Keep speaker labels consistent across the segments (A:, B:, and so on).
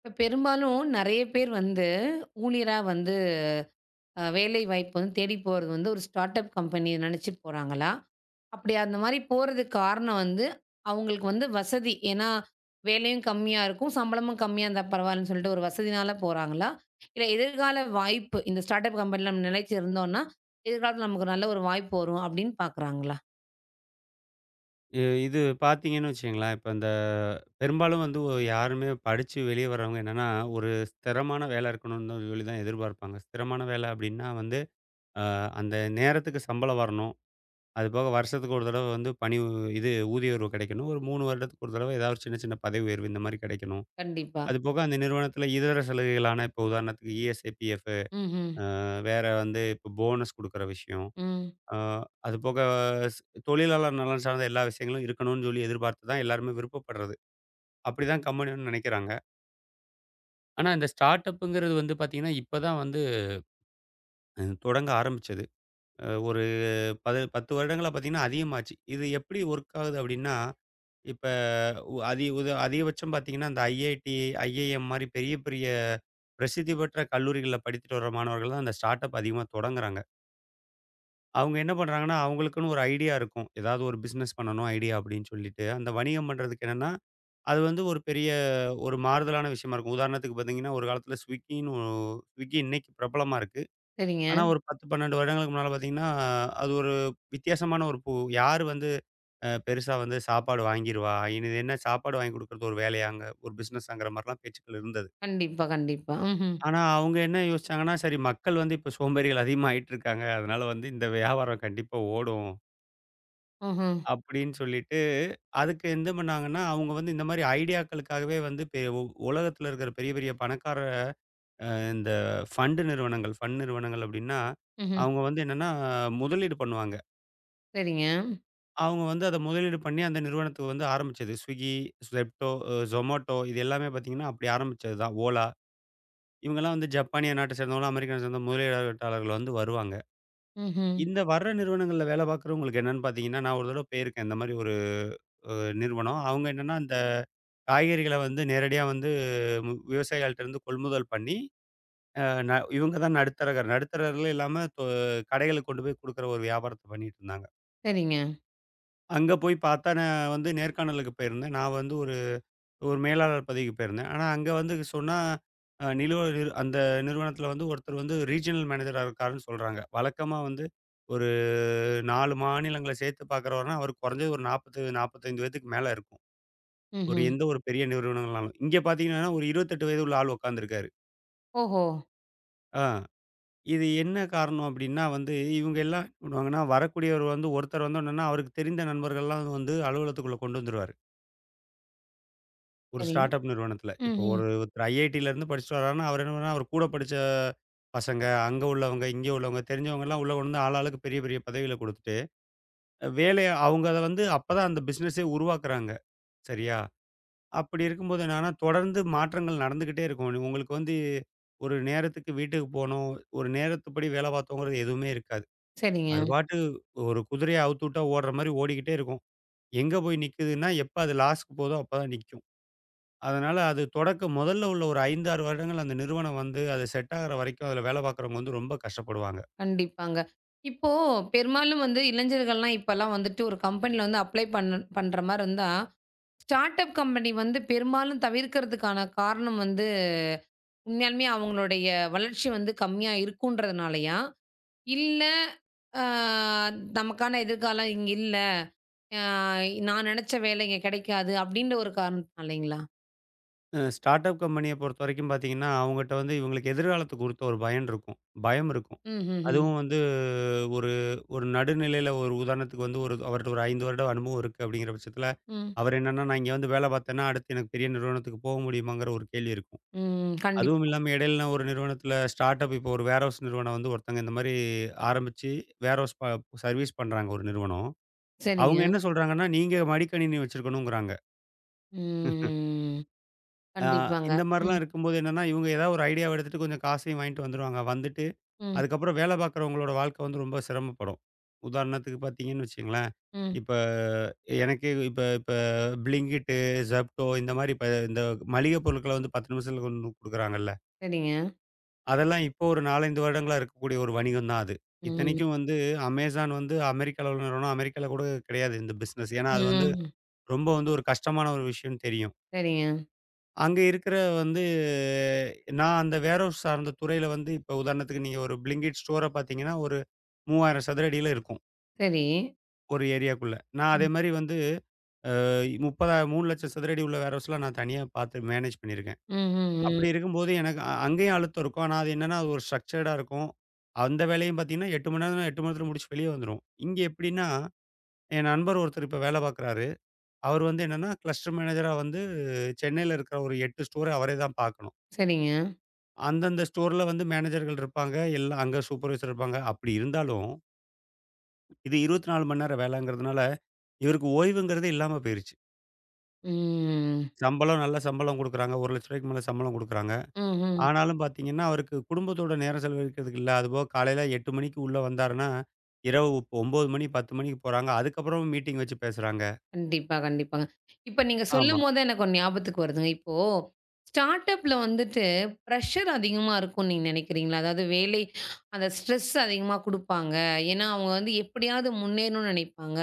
A: இப்ப பெரும்பாலும் நெறைய பேர் வந்து ஊழியரா வந்து வேலை வாய்ப்பு வந்து தேடி போறது வந்து ஒரு ஸ்டார்ட் அப் கம்பெனிய நெனச்சுட்டு போறாங்களா? அப்படி அந்த மாரி போறதுக்கு காரணம் வந்து, அவங்களுக்கு வந்து வசதி. ஏன்னா, வேலையும் கம்மியா இருக்கும், சம்பளமும் கம்மியா இருந்தா பரவாயில்லன்னு சொல்லிட்டு ஒரு வசதினால போறாங்களா? இல்ல எதிர்கால வாய்ப்பு இந்த ஸ்டார்ட் அப் கம்பெனில நம்ம நிலைச்சு இருந்தோம்னா, எதிர்காலத்துல நமக்கு நல்ல ஒரு வாய்ப்பு வரும் அப்படின்னு பாக்குறாங்களா?
B: இது பார்த்தீங்கன்னு வச்சுக்கங்களேன், இப்ப இந்த பெரும்பாலும் வந்து யாருமே படிச்சு வெளிய வரவங்க என்னன்னா, ஒரு ஸ்திரமான வேல இருக்கணும்னு சொல்லி தான் எதிர்பார்ப்பாங்க. ஸ்திரமான வேல அப்டின்னா வந்து, அ அந்த நேரத்துக்கு சம்பளம் வரணும். அதுபோக வருஷத்துக்கு ஒரு தடவ வந்து பணி உ இது ஊதிய உயர்வு கிடைக்கணும். ஒரு 3 வருடத்துக்கு ஒரு தடவ ஏதாவது ஒரு சின்ன, சின்ன பதவி உயர்வு இந்த மாரி கிடைக்கணும்.
A: கண்டிப்பா.
B: அதுபோக அந்த நிறுவனத்தில இதர சலுகைகளான இப்போ உதாரணத்துக்கு இஎஸ்ஐ, பிஎஃப்
A: ம்ஹ்ம்.
B: அ வேற வந்து இப்போ போனஸ் குடுக்குற விஷயம்.
A: ம். ம்.
B: ஆ, அதுபோக ஸ் தொழிலாளர் நலன் சார்ந்த எல்லா விஷயங்களும் இருக்கணும்னு சொல்லி எதிர்பார்த்து தான் எல்லாருமே விருப்பப்படுறது. அப்படிதான் கம்பெனி வந்து நினைக்கிறாங்க. ஆனா இந்த ஸ்டார்ட் அப்புங்கிறது வந்து பார்த்தீங்கன்னா, இப்ப தான் வந்து தொடங்க ஆரம்பிச்சது. அ ஒரு பது 10 வருடங்களா பார்த்தீங்கன்னா அதிகமாச்சு. இது எப்படி ஒர்க் ஆகுது அப்படின்னா, இப்ப உ அதி உத அதிகபட்சம் பார்த்தீங்கன்னா, இந்த ஐஐடி, ஐஐஎம் மாரி பெரிய பெரிய பிரசித்தி பெற்ற கல்லூரிகள்ல படித்துட்டு வர மாணவர்கள் தான் அந்த ஸ்டார்ட் அப் அதிகமா தொடங்குறாங்க. அவங்க என்ன பண்றாங்கன்னா, அவங்களுக்குன்னு ஒரு ஐடியா இருக்கும். ஏதாவது ஒரு பிசினஸ் பண்ணணும் ஐடியா அப்படின்னு சொல்லிட்டு, அந்த வணிகம் பண்றதுக்கு என்னன்னா, அது வந்து ஒரு பெரிய ஒரு மாறுதலான விஷயமா இருக்கும். உதாரணத்துக்கு பார்த்தீங்கன்னா, ஒரு காலத்தில ஸ்விக்கி இன்னைக்கு பிரபலமா இருக்கு.
A: சரிங்க.
B: ஆனா ஒரு 10, 12 வருடங்களுக்கு முன்னால பார்த்தீங்கன்னா, அது ஒரு வித்தியாசமான ஒரு யார் வந்து பெருசா வந்து சாப்பாடு வாங்கிருவா? இனி இது என்ன சாப்பாடு வாங்கி குடுக்குறது ஒரு வேலையாங்க? ஒரு பிசினஸாங்கிற மாரிலாம் பேச்சுக்கள் இருந்தது.
A: கண்டிப்பா, கண்டிப்பா. ம்ஹ்ம்.
B: ஆனா அவங்க என்ன யோசிச்சாங்கன்னா, சரி மக்கள் வந்து இப்ப சோம்பேறிகள் அதிகமா ஆயிட்டு இருக்காங்க. அதனால வந்து இந்த வியாபாரம் கண்டிப்பா ஓடும்.
A: ம்ஹ்ம்.
B: அப்படின்னு சொல்லிட்டு, அதுக்கு என்ன பண்ணாங்கன்னா, அவங்க வந்து இந்த மாரி ஐடியாக்களுக்காகவே வந்து பெ உ உலகத்தில இருக்கிற பெரிய, பெரிய பணக்கார இந்த ஃபண்ட் நிறுவனங்கள், ஃபண்ட் நிறுவனங்கள் அப்படின்னா,
A: ம்ஹ்ம்.
B: அவங்க வந்து என்னன்னா முதலீடு பண்ணுவாங்க.
A: சரிங்க.
B: அவங்க வந்து அத முதலீடு பண்ணி அந்த நிறுவனத்துக்கு வந்து ஆரம்பிச்சது. Swiggy, Zepto, Zomato இது எல்லாமே பார்த்தீங்கன்னா, அப்படி ஆரம்பிச்சது தான். Ola இவங்கலாம் வந்து ஜப்பானிய நாட்ட சேர்ந்தவங்களும், அமெரிக்கா சேர்ந்த முதலீட்டாளர்கள் வந்து வருவாங்க.
A: ம்ஹ்ம்.
B: இந்த வர்ற நிறுவனங்கள்ல வேலை பார்க்குறவங்களுக்கு என்னன்னு பார்த்தீங்கன்னா, நான் ஒரு தடவ போயிருக்கேன். இந்த மாரி ஒரு அ நிறுவனம். அவங்க என்னன்னா, அந்த காய்கறிகள வந்து நேரடியா வந்து விவசாயிகள்ட்டருந்து கொள்முதல் பண்ணி, அ ந இவங்க தான் நடுத்தரகர். நடுத்தரகர்கள் இல்லாம கடைகளுக்கு கொண்டு போய் குடுக்குற ஒரு வியாபாரத்த பண்ணிட்டு இருந்தாங்க.
A: சரிங்க.
B: அங்க போய் பார்த்தா, நான் வந்து நேர்காணலுக்கு போயிருந்தேன். நான் வந்து ஒரு ஒரு மேலாளர் பதவிக்கு போயிருந்தேன். ஆனா அங்க வந்து சொன்னா, அ நிலுவல் நிறு அந்த நிறுவனத்தில வந்து ஒருத்தர் வந்து ரீஜினல் மேனேஜரா இருக்காருன்னு சொல்றாங்க. வழக்கமா வந்து ஒரு 4 மாநிலங்கள சேர்த்து பார்க்குறவர்னா, அவருக்கு குறைஞ்சது ஒரு 40, 45 வயதுக்கு மேல இருக்கும். ஒரு
A: ம்ஹ்ம்.
B: எந்த ஒரு பெரிய நிறுவனங்கள்னாலும். இங்க பார்த்தீங்கன்னா, ஒரு 28 வயது உள்ள ஆள் உட்கார்ந்திருக்காரு.
A: ஓஹோ!
B: ஆ இது என்ன காரணம் அப்டின்னா வந்து, இவங்க எல்லாம் என்ன பண்ணுவாங்கன்னா, வரக்கூடியவர் வந்து ஒருத்தர் வந்தோனன்னா, அவருக்கு தெரிந்த நண்பர்கள்லாம் வந்து அலுவலகத்துக்குள்ள கொண்டு வந்துருவாரு. ஒரு
A: சரி.
B: ஸ்டார்ட் அப் நிறுவனத்தில. இப்போ
A: ம்ஹ்ம்.
B: ஒருத்தர் ஐஐடில இருந்து படிச்சுட்டு வர்றாருன்னா, அவர் என்ன பண்ணா, அவர் கூட படிச்ச பசங்க, அங்க உள்ளவங்க, இங்க உள்ளவங்க, தெரிஞ்சவங்கலாம் உள்ள கொண்டு வந்து ஆளாளுக்கு பெரிய, பெரிய பதவிகள குடுத்துட்டு, வேலைய அவங்க அத வந்து அப்பதான் அந்த பிசினஸே உருவாக்குறாங்க. சரியா? அப்படி இருக்கும்போது என்னன்னா, தொடர்ந்து மாற்றங்கள் நடந்துகிட்டே இருக்கும். உங்களுக்கு வந்து ஒரு நேரத்துக்கு வீட்டுக்கு போணும், ஒரு நேரத்துப்படி வேலை பார்த்தோங்கிறது எதுவுமே இருக்காது.
A: சரிங்க.
B: அது பாட்டு ஒரு குதிரைய அவுத்துட்டா ஓடுற மாரி ஓடிக்கிட்டே இருக்கும். எங்க போய் நிக்குதுன்னா, எப்ப அது லாஸ்க்கு போதோ அப்பதான் நிக்கும். அதனால அது தொடக்க முதல்ல உள்ள ஒரு 5, 6 வருடங்கள் அந்த நிறுவனம் வந்து அது செட் ஆகுற வரைக்கும் அதில வேலை பார்க்குறவங்க வந்து ரொம்ப கஷ்டப்படுவாங்க.
A: கண்டிப்பாங்க. இப்போ பெரும்பாலும் வந்து இளைஞர்கள்லாம் இப்பலாம் வந்துட்டு ஒரு கம்பெனில வந்து அப்ளை பண்ற மாரி இருந்தா, ஸ்டார்ட் அப் கம்பெனி வந்து பெரும்பாலும் தவிர்க்கிறதுக்கான காரணம் வந்து, உண்மையாலுமே அவங்களுடைய வளர்ச்சி வந்து கம்மியா இருக்குன்றதுனாலயா? இல்ல அ நமக்கான எதிர்காலம் இங்க இல்ல. அ நான் நெனச்ச வேலை இங்க கெடைக்காது அப்டின்ற ஒரு காரணத்தினாலைங்களா?
B: ஸ்டார்ட் அப் கம்பெனிய பொறுத்தவரைக்கும் பார்த்தீங்கன்னா, அவங்கட்ட வந்து இவங்களுக்கு எதிர்காலத்த குறித்த ஒரு பயன் இருக்கும். பயம் இருக்கும்.
A: ம்ஹ்ஹ்ம். ம்.
B: அதுவும் வந்து ஒரு ஒரு நடுநிலையில ஒரு உதாரணத்துக்கு வந்து ஒரு அவர்ட்ட ஒரு 5 வருட அனுபவம் இருக்கு அப்படிங்கிற பட்சத்தில,
A: ம்.
B: அவர் என்னன்னா நான் இங்க வந்து வேலை பார்த்தேன்னா, அடுத்து எனக்கு பெரிய நிறுவனத்துக்கு போக முடியுமாங்கிற ஒரு கேள்வி இருக்கும்.
A: ம். ம்.
B: அதுவும்
A: கண்டிப்பா.
B: இல்லாம இடையில நான் ஒரு நிறுவனத்தில ஸ்டார்ட் அப் இப்போ ஒரு வேர் ஹவுஸ் நிறுவனம் வந்து ஒருத்தங்க இந்த மாரி ஆரம்பிச்சு வேர் ஹவுஸ் ப சர்வீஸ் பண்றாங்க ஒரு நிறுவனம். அவங்க
A: சரிங்க.
B: என்ன சொல்றாங்கன்னா, நீங்க மடிக்கணினி வச்சிருக்கணுங்கிறாங்க.
A: ம்.
B: ஆ
A: கண்டிப்பாங்க.
B: இந்த மாரிலாம்
A: ம்.
B: இருக்கும்போது என்னன்னா, இவங்க ஏதாவது ஒரு ஐடியாவ எடுத்துட்டு கொஞ்சம் காசையும் வாங்கிட்டு வந்துருவாங்க. வந்துட்டு
A: ம்.
B: அதுக்கப்புறம் வேலை பார்க்குறவங்களோட வாழ்க்கை வந்து ரொம்ப சிரமப்படும். உதாரணத்துக்கு பார்த்தீங்கன்னு வச்சுக்கங்களேன்,
A: ம்.
B: இப்ப எனக்கே இப்ப இப்ப Blinkit, Zepto இந்த மாரி இப்ப இந்த மளிகை பொருட்கள வந்து 10 நிமிஷத்துல கொண்டு வந்து குடுக்குறாங்கல்ல.
A: சரிங்க.
B: அதெல்லாம் இப்போ ஒரு 4, 5 வருடங்களா இருக்கக்கூடிய ஒரு வணிகம் தான் அது.
A: ம்.
B: இத்தனைக்கும் வந்து Amazon வந்து அமெரிக்கால உள்ள நிறுவனம். அமெரிக்கால கூட கிடையாது இந்த பிசினஸ். ஏன்னா,
A: ம்.
B: அது வந்து
A: ம்.
B: ரொம்ப வந்து ஒரு கஷ்டமான ஒரு விஷயம்னு தெரியும்.
A: சரிங்க.
B: அங்க இருக்கிற வந்து நான் அந்த வேர்ஹவுஸ் சார்ந்த துறையில வந்து இப்ப உதாரணத்துக்கு நீங்க ஒரு Blinkit ஸ்டோர பார்த்தீங்கன்னா, ஒரு 3000 சதுர அடியில இருக்கும்.
A: சரி.
B: ஒரு ஏரியாக்குள்ள. நான் அதே
A: ம்.
B: மாரி வந்து 30 3,00,000 சதுர அடி உள்ள வேர்ஹவுஸ்லாம் நான் தனியா பார்த்து மேனேஜ் பண்ணியிருக்கேன்.
A: ம். ம்.
B: அப்படி
A: ம்.
B: இருக்கும்போது எனக்கு அங்கேயும் அழுத்தம் இருக்கும். ஆனா அது என்னன்னா, அது ஒரு ஸ்ட்ரக்சர்டா இருக்கும். அந்த வேலையும் பார்த்தீங்கன்னா, 8 மணி நேரம்னா 8 மணி நேரத்தில முடிச்சு வெளிய வந்துருவோம். இங்க எப்படின்னா, என் நண்பர் ஒருத்தர் இப்ப வேலை பார்க்குறாரு. அவர் வந்து என்னன்னா, கிளஸ்டர் மேனேஜரா வந்து சென்னையில இருக்கிற ஒரு 8 ஸ்டோர அவரே தான் பார்க்கணும்.
A: சரிங்க.
B: அந்தந்த ஸ்டோர்ல வந்து மேனேஜர்கள் இருப்பாங்க. எல்லாம் அங்க சூப்பர்வைசர் இருப்பாங்க. அப்படி இருந்தாலும், இது 24 மணி நேரம் வேலைங்கிறதுனால, இவருக்கு ஓய்வுங்கிறதே இல்லாம போயிருச்சு.
A: ம்.
B: சம்பளம் நல்ல சம்பளம் குடுக்குறாங்க. ரூ. 1,00,000க்கு மேல சம்பளம் குடுக்குறாங்க.
A: ம்ஹ்ம்.
B: ஆனாலும் பார்த்தீங்கன்னா, அவருக்கு குடும்பத்தோட நேரம் செலவழிக்கிறதுக்கு இல்ல. அதுபோக காலையில 8 மணிக்கு உள்ள வந்தாருன்னா, இரவு 9 மணி, 10 மணிக்கு போறாங்க. அதுக்கப்புறமும் மீட்டிங் வச்சு பேசுறாங்க.
A: கண்டிப்பா, கண்டிப்பாங்க. இப்ப நீங்க
B: ஆமா.
A: சொல்லும்போது எனக்கு ஒண்ணு ஞாபகத்துக்கு வருதுங்க. இப்போ ஸ்டார்ட் அப்ல வந்துட்டு பிரஷர் அதிகமா இருக்கும்னு நீங்க நினைக்கிறீங்களா? அதாவது வேலை அந்த ஸ்ட்ரெஸ் அதிகமா குடுப்பாங்க. ஏன்னா, அவங்க வந்து எப்படியாவது முன்னேறணும்னு நினைப்பாங்க.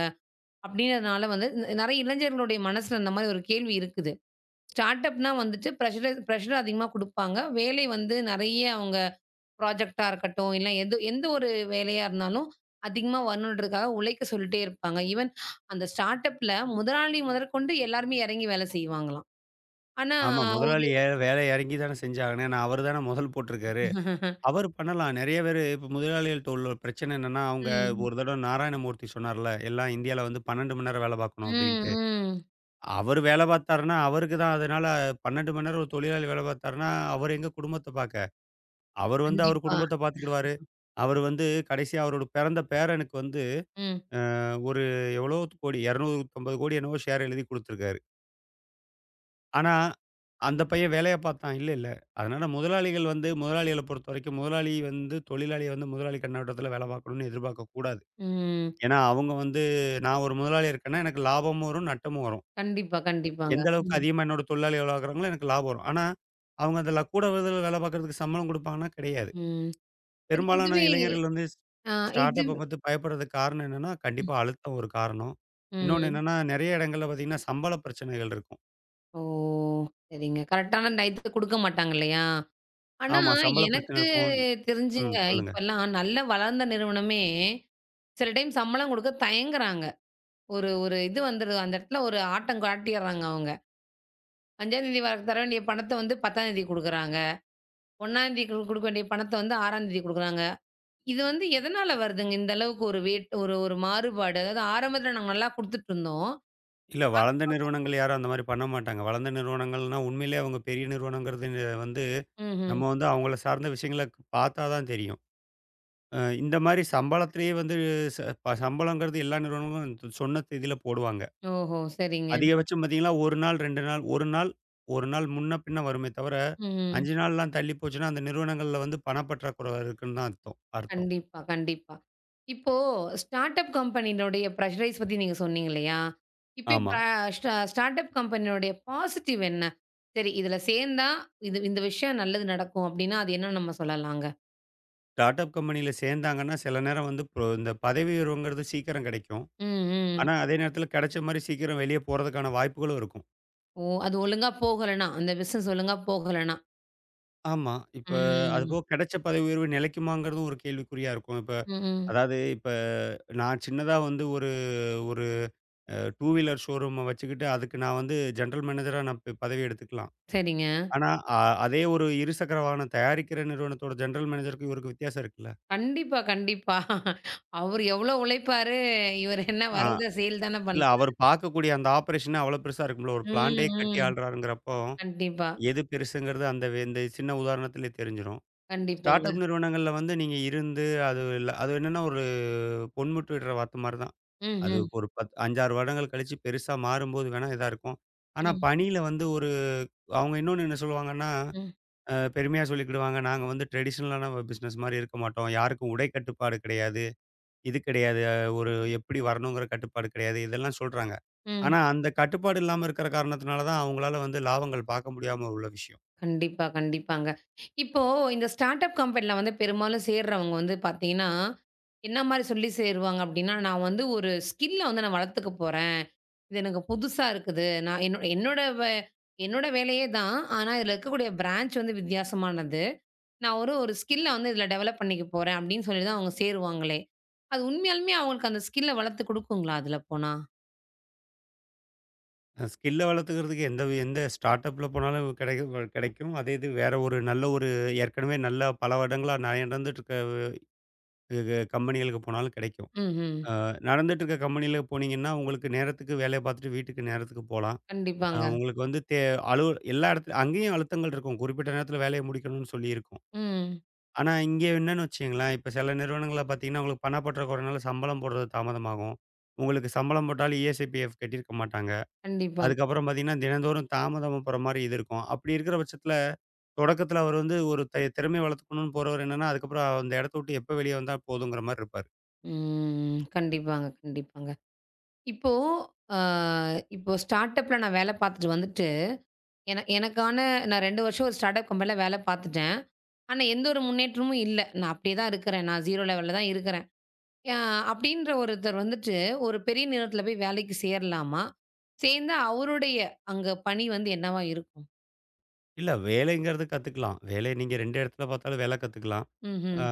A: அப்படின்றதுனால வந்து நெறைய இளைஞர்களுடைய மனசுல அந்த மாரி ஒரு கேள்வி இருக்குது. ஸ்டார்ட் அப்னா வந்துட்டு பிரஷர் அதிகமா குடுப்பாங்க. வேலை வந்து நெறைய அவங்க ப்ராஜெக்ட்டா இருக்கட்டும், இல்ல எது எந்த ஒரு வேலையா இருந்தாலும், அதிகமா வரணுன்றதுக்காக உழைக்க சொல்லிட்டே இருப்பாங்க. ஈவன் அந்த ஸ்டார்ட் அப்ல முதலாளி முதற்கொண்டு எல்லாருமே எறங்கி வேலை செய்வாங்களாம். ஆனா
B: ஆமா. முதலாளி வேலை இறங்கி தானே செஞ்சாகணும். ஏன்னா, அவரு தானே முதல் போட்டிருக்காரு. அவரு பண்ணலாம். நெறைய பேரு இப்ப முதலாளிகள்ட்ட உள்ள ஒரு பிரச்சனை என்னன்னா, அவங்க
A: கண்டிப்பா.
B: ஒரு
A: ம்.
B: தடவ நாராயணமூர்த்தி சொன்னார்ல, எல்லாம் இந்தியால வந்து 12 மணி நேரம் வேலை பார்க்கணும்
A: ம்,
B: அப்டின்ட்டு.
A: ம்.
B: அவரு வேலை பார்த்தாருன்னா, அவருக்கு தான் அதனால 12 மணி நேரம் ஒரு தொழிலாளி வேலை பார்த்தாருன்னா, அவர் எங்க குடும்பத்த பார்க்க? அவரு வந்து அவர்
A: கண்டிப்பா.
B: குடும்பத்த பார்த்துக்கிடுவாரு. அவரு வந்து கடைசியா அவரோட பிறந்த பேரனுக்கு வந்து,
A: ம்,
B: ஒரு எவ்வளோ கோடி 250 கோடி என்னவோ ஷேர் எழுதி குடுத்துருக்காரு. ஆனா, அந்த பையன் வேலைய பார்த்தான். இல்ல, இல்ல. அதனால முதலாளிகள் வந்து முதலாளிகள பொறுத்தவரைக்கும் முதலாளி வந்து தொழிலாளிய வந்து முதலாளி கண்ணோட்டத்துல வேல பார்க்கணும்னு எதிர்பார்க்கக் கூடாது.
A: ம்.
B: ஏன்னா, அவங்க வந்து நான் ஒரு முதலாளியா இருக்கேன்னா, எனக்கு லாபமும் வரும், நட்டமும் வரும்.
A: கண்டிப்பா, கண்டிப்பாங்க.
B: எந்த அளவுக்கு
A: ம்,
B: அதிகமா என்னோட தொழிலாளி வேல பார்க்குறாங்களோ எனக்கு லாபம் வரும். ஆனா, அவங்க அதுல கூட விதத்துல வேல பார்க்கறதுக்கு சம்பளம் குடுப்பாங்கன்னா, கிடையாது.
A: ம். சரி
B: பெரும்பாலான
A: இதுவே
B: இளைஞர்கள் வந்து
A: அ
B: ஸ்டார்ட்
A: இது.
B: அப்ப பத்தி பயப்படுறதுக்கு காரணம் என்னன்னா, கண்டிப்பா அழுத்தம் ஒரு காரணம். இன்னொன்னு
A: ம்.
B: என்னன்னா, நெறைய இடங்கள்ல பார்த்தீங்கன்னா, சம்பள பிரச்சனைகள் இருக்கும்.
A: ஓ! சரிங்க. கரெக்ட்டான டயத்துக்கு குடுக்க மாட்டாங்க இல்லையா? ஆனா,
B: ஆமா, சம்பள பிரச்சனை
A: எனக்கு
B: இருக்கும். ம்.
A: தெரிஞ்சுங்க,
B: சொல்லுங்க.
A: இப்பல்லாம் நல்ல வளர்ந்த நிறுவனமே, சில டைம் சம்பளம் குடுக்க தயங்குறாங்க. ஒரு ஒரு இது வந்துருது. அந்த இடத்துல ஒரு ஆட்டம் காட்டிர்றாங்க அவங்க. 5ஆம் தேதி வர தர வேண்டிய பணத்த வந்து 10ஆம் தேதி குடுக்குறாங்க. 1ஆம் தேதி குடுக்க வேண்டிய பணத்த வந்து 6ஆம் தேதி குடுக்குறாங்க. இது வந்து எதனால வருதுங்க? இந்த அளவுக்கு ஒரு ஒரு மாறுபாடு. அதாவது ஆரம்பத்துல நாங்க நல்லா குடுத்துட்டுருந்தோம்.
B: இல்ல. வளர்ந்த நிறுவனங்கள் யாரும் அந்த மாரி பண்ண மாட்டாங்க. வளர்ந்த நிறுவனங்கள்னா, உண்மையிலேயே அவங்க பெரிய நிறுவனங்கிறது வந்து
A: ம்ஹ்ம்.
B: நம்ம வந்து அவங்கள சார்ந்த விஷயங்கள பார்த்தா தான் தெரியும். இந்த மாரி சம்பளத்திலேயே வந்து ச ப சம்பளங்கிறது எல்லா நிறுவனங்களும் சொன்ன தேதியில போடுவாங்க.
A: ஓஹோ! சரிங்க.
B: அதிகபட்சம் பார்த்தீங்கன்னா, 1 நாள், 2 நாள், 1 நாள் முன்ன பின்ன வருமே தவிர,
A: ம்.
B: 5 நாள்லாம் தள்ளி போச்சுன்னா, அந்த நிறுவனங்கள்ல வந்து பணப்பற்றாக்குறை இருக்குன்னு தான் அர்த்தம் அர்த்தம்.
A: கண்டிப்பா, கண்டிப்பா. இப்போ ஸ்டார்ட் அப் கம்பெனியினுடைய ப்ரஷரைஸ் பத்தி நீங்க சொன்னீங்க இல்லையா? இப்ப ம்.
B: ஆமா.
A: ஸ்டார்ட் அப் கம்பெனியினுடைய பாசிட்டிவ் என்ன? சரி இதுல சேர்ந்தா இது இந்த விஷயம் நல்லது நடக்கும் அப்டின்னா, அது என்னன்னு நம்ம சொல்லலாங்க?
B: ஸ்டார்ட் அப் கம்பெனியில சேர்ந்தாங்கன்னா, சில நேரம் வந்து இந்த பதவி உயர்வுங்கிறது சீக்கிரம் கிடைக்கும்.
A: ம், ம்.
B: ஆனா, அதே நேரத்தில கிடைச்ச மாரி சீக்கிரம் வெளிய போறதுக்கான வாய்ப்புகளும் இருக்கும்.
A: ஓ! அது ஒழுங்கா போகலன்னா, அந்த பிசினஸ் ஒழுங்கா போகலன்னா.
B: ஆமா. இப்ப
A: ம்.
B: அதுபோக கிடைச்ச பதவி உயர்வு நிலைக்குமாங்கிறதும் ஒரு கேள்விக்குறியா இருக்கும். இப்ப
A: ம். ம்.
B: அதாவது இப்ப நான் சின்னதா வந்து ஒரு ஒரு அ 2 வீலர் ஷோரூம வச்சுக்கிட்டு அதுக்கு நான் வந்து ஜெனரல் மேனேஜரா நான் பதவி எடுத்துக்கலாம்.
A: சரிங்க.
B: ஆனா, அ அதே ஒரு இருசக்கர வாகனம் தயாரிக்கிற நிறுவனத்தோட ஜெனரல் மேனேஜருக்கும் இவருக்கு வித்தியாசம் இருக்குல்ல.
A: கண்டிப்பா, கண்டிப்பா. அவரு எவ்ளோ உழைப்பாரு, இவரு என்ன
B: ஆ
A: வர்றத சேல் தான
B: இல்ல
A: பண்றாரு.
B: அவரு பார்க்கக்கூடிய அந்த ஆப்பரேஷனே அவ்வளோ பெருசா இருக்கும்ல. ஒரு பிளான்ட்டே
A: ம்,
B: கட்டி
A: ம்.
B: ஆள்றாருங்கிறப்போ,
A: கண்டிப்பா,
B: எது பெருசுங்கிறது அந்த இந்த சின்ன உதாரணத்திலே தெரிஞ்சிரும். ஸ்டார்ட்
A: கண்டிப்பாங்க.
B: அப் நிறுவனங்கள்ல வந்து நீங்க இருந்து, அது இல்ல அது என்னன்னா ஒரு பொன்முட்டு விடுற வாத்து மாரி தான்.
A: ம்,
B: அது
A: ம்,
B: ஒரு 10 5, 6 வருடங்கள் கழிச்சு பெருசா மாறும்போது வேணா இதா இருக்கும். ஆனா
A: ம்,
B: பணியில வந்து ஒரு அவங்க இன்னொன்னு என்ன சொல்லுவாங்கன்னா,
A: ம்.
B: பெருமையா சொல்லிக்கிடுவாங்க, நாங்க வந்து ட்ரெடிஷனலான பிசினஸ் மாரி இருக்க மாட்டோம். யாருக்கும் உடை கட்டுப்பாடு கிடையாது. இது கிடையாது. ஒரு எப்படி வரணுங்கிற கட்டுப்பாடு கிடையாது. இதெல்லாம் சொல்றாங்க.
A: ம்.
B: ஆனா அந்த கட்டுப்பாடு இல்லாம இருக்கிற காரணத்தினால தான் அவங்களால வந்து லாபங்கள் பார்க்க முடியாம உள்ள விஷயம்.
A: கண்டிப்பா, கண்டிப்பாங்க. இப்போ இந்த ஸ்டார்ட் அப் கம்பெனில வந்து பெரும்பாலும் சேர்றவங்க வந்து பார்த்தீங்கன்னா, என்ன மாரி சொல்லி சேருவாங்க அப்டின்னா, நான் வந்து ஒரு ஸ்கில்ல வந்து நான் வளர்த்துக்க போறேன். இது எனக்கு புதுசா இருக்குது. நான் என்னோட என்னோட வே என்னோட வேலையே தான். ஆனா இதுல இருக்கக்கூடிய பிரான்ச் வந்து வித்தியாசமானது. நான் ஒரு ஒரு ஸ்கில்ல வந்து இதுல டெவலப் பண்ணிக்க போறேன் அப்டின்னு சொல்லி தான் அவங்க சேருவாங்களே. அது உண்மையாலுமே அவங்களுக்கு அந்த ஸ்கில்ல வளர்த்து குடுக்குங்களா அதுல போனா?
B: ஸ்கில்ல வளர்த்துக்கிறதுக்கு எந்த ஸ்டார்ட் அப்ல போனாலும் கிடைக்கும் கிடைக்கும் அதே இது வேற ஒரு நல்ல ஒரு ஏற்கனவே நல்ல பல வருடங்களா நிறைய நடந்துட்டு இருக்க கம்பெனிகளுக்கு போனாலும் கிடைக்கும்.
A: ம்ஹ்ம்.
B: நடந்துட்டு இருக்க கம்பெனியில் போனீங்கன்னா உங்களுக்கு நேரத்துக்கு வேலையை பார்த்துட்டு வீட்டுக்கு நேரத்துக்கு போகலாம்.
A: கண்டிப்பாங்க.
B: உங்களுக்கு வந்து தே அலு எல்லா இடத்துல அங்கேயும் அழுத்தங்கள் இருக்கும். குறிப்பிட்ட நேரத்தில் வேலையை முடிக்கணும்னு சொல்லி இருக்கும்.
A: ம்.
B: ஆனால் இங்கே என்னன்னு வச்சிங்களேன், இப்போ சில நிறுவனங்களில் பார்த்தீங்கன்னா உங்களுக்கு பணப்பற்றாக்குறைனால சம்பளம் போடுறது தாமதமாகும். உங்களுக்கு சம்பளம் போட்டாலும் இஎஸ்ஐபிஎஃப் கட்டியிருக்க மாட்டாங்க.
A: கண்டிப்பா.
B: அதுக்கப்புறம் பார்த்தீங்கன்னா, தினந்தோறும் தாமதமா போற மாரி இது இருக்கும். அப்படி இருக்கிற பட்சத்தில, தொடக்கத்தில அவர் வந்து ஒரு திறமைய வளர்த்துக்கணும்னு போறவர் என்னன்னா, அதுக்கப்புறம் அந்த இடத்த விட்டு எப்ப வெளிய வந்தா போதுங்கிற மாரி இருப்பாரு.
A: ம். கண்டிப்பாங்க, கண்டிப்பாங்க. இப்போ அ இப்போ ஸ்டார்ட் அப்ல நான் வேலை பார்த்துட்டு வந்துட்டு, எனக்கான நான் 2 வருஷம் ஒரு ஸ்டார்ட் அப் கம்பெனில வேலை பார்த்துட்டேன். ஆனா, எந்த ஒரு முன்னேற்றமும் இல்ல. நான் அப்படியே தான் இருக்கிறேன். நான் 0 லெவல்ல தான் இருக்கிறேன். அ அப்படின்ற ஒருத்தர் வந்துட்டு, ஒரு பெரிய நிறுவனத்தில போய் வேலைக்கு சேரலாமா? சேர்ந்தா அவருடைய அங்க பணி வந்து என்னவா இருக்கும்?
B: இல்ல வேலைங்கிறது கத்துக்கலாம். வேலை நீங்க 2 இடத்துல பார்த்தாலும் வேலை கத்துக்கலாம். ஆ
A: ம்ஹ்ம்.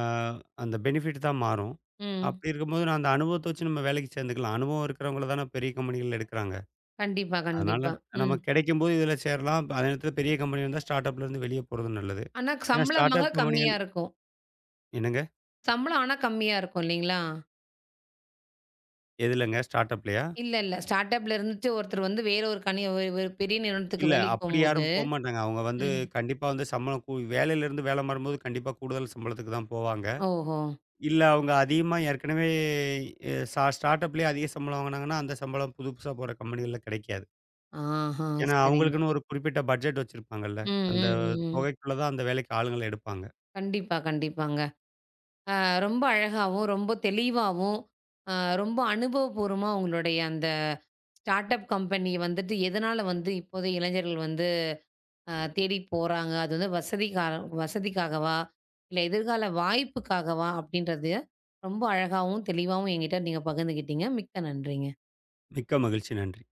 B: அந்த பெனிஃபிட் தான் மாறும்.
A: ம்.
B: அப்படி இருக்கும்போது, நான் அந்த அனுபவத்த வச்சு நம்ம வேலைக்கு சேர்ந்துக்கலாம். அனுபவம் இருக்கிறவங்கள தான பெரிய கம்பெனிகள்ல எடுக்கிறாங்க.
A: கண்டிப்பா,
B: அதனால
A: கண்டிப்பா. ம்.
B: நமக்கு கிடைக்கும்போது இதில சேரலாம். இப்ப அதே நேரத்தில பெரிய கம்பெனி வந்தா ஸ்டார்ட் அப்லேருந்து வெளிய போறது நல்லது.
A: ஆனா,
B: ஏன்னா
A: சம்பளம்
B: ஸ்டார்ட்
A: வாங்க
B: அப்
A: கம்மியா
B: கம்பெனிகள்
A: இருக்கும்.
B: என்னங்க?
A: சம்பளம் ஆனா கம்மியா இருக்கும் இல்லைங்களா?
B: எதுலங்க? ஸ்டார்ட் அப்லயா?
A: இல்ல, இல்ல. ஸ்டார்ட் அப்ல இருந்துட்டு ஒருத்தர் வந்து வேற ஒரு ஒரு பெரிய நிறுவனத்துக்கு
B: இல்ல.
A: வேலைக்கு
B: அப்படி
A: போம்போது.
B: யாரும் போமாட்டாங்க. அவங்க வந்து
A: ம்.
B: கண்டிப்பா வந்து சம்பளம் கூ வேலையிலேருந்து வேலை மாறும்போது கண்டிப்பா கூடுதல் சம்பளத்துக்கு தான் போவாங்க.
A: ஓஹோ!
B: இல்ல அவங்க அதிகமா ஏற்கனவே எ சா ஸ்டார்ட் அப்லயே அதிக சம்பளம் வாங்குனாங்கன்னா, அந்த சம்பளம் புதுசா போற கம்பெனிகள்ல கிடைக்காது.
A: ஆஹா!
B: ஏன்னா,
A: சரிங்க.
B: அவங்களுக்குன்னு ஒரு குறிப்பிட்ட பட்ஜெட் வச்சிருப்பாங்கல்ல.
A: ம்,
B: அந்த
A: ம், ம்.
B: தொகைக்குள்ள தான் அந்த வேலைக்கு ஆளுங்கள எடுப்பாங்க.
A: கண்டிப்பா, கண்டிப்பாங்க. அ ரொம்ப அழகாவும், ரொம்ப தெளிவாவும், அ ரொம்ப அனுபவபூர்வமா உங்களுடைய அந்த ஸ்டார்ட் அப் கம்பெனி வந்துட்டு எதனால வந்து இப்போதைய இளைஞர்கள் வந்து தேடி போறாங்க? அது வந்து வசதிக்காகவா? இல்ல எதிர்கால வாய்ப்புக்காகவா? அப்படின்றது ரொம்ப அழகாவும், தெளிவாவும் என்கிட்ட நீங்க பகிர்ந்துக்கிட்டீங்க. மிக்க நன்றிங்க.
B: மிக்க மகிழ்ச்சி. நன்றி.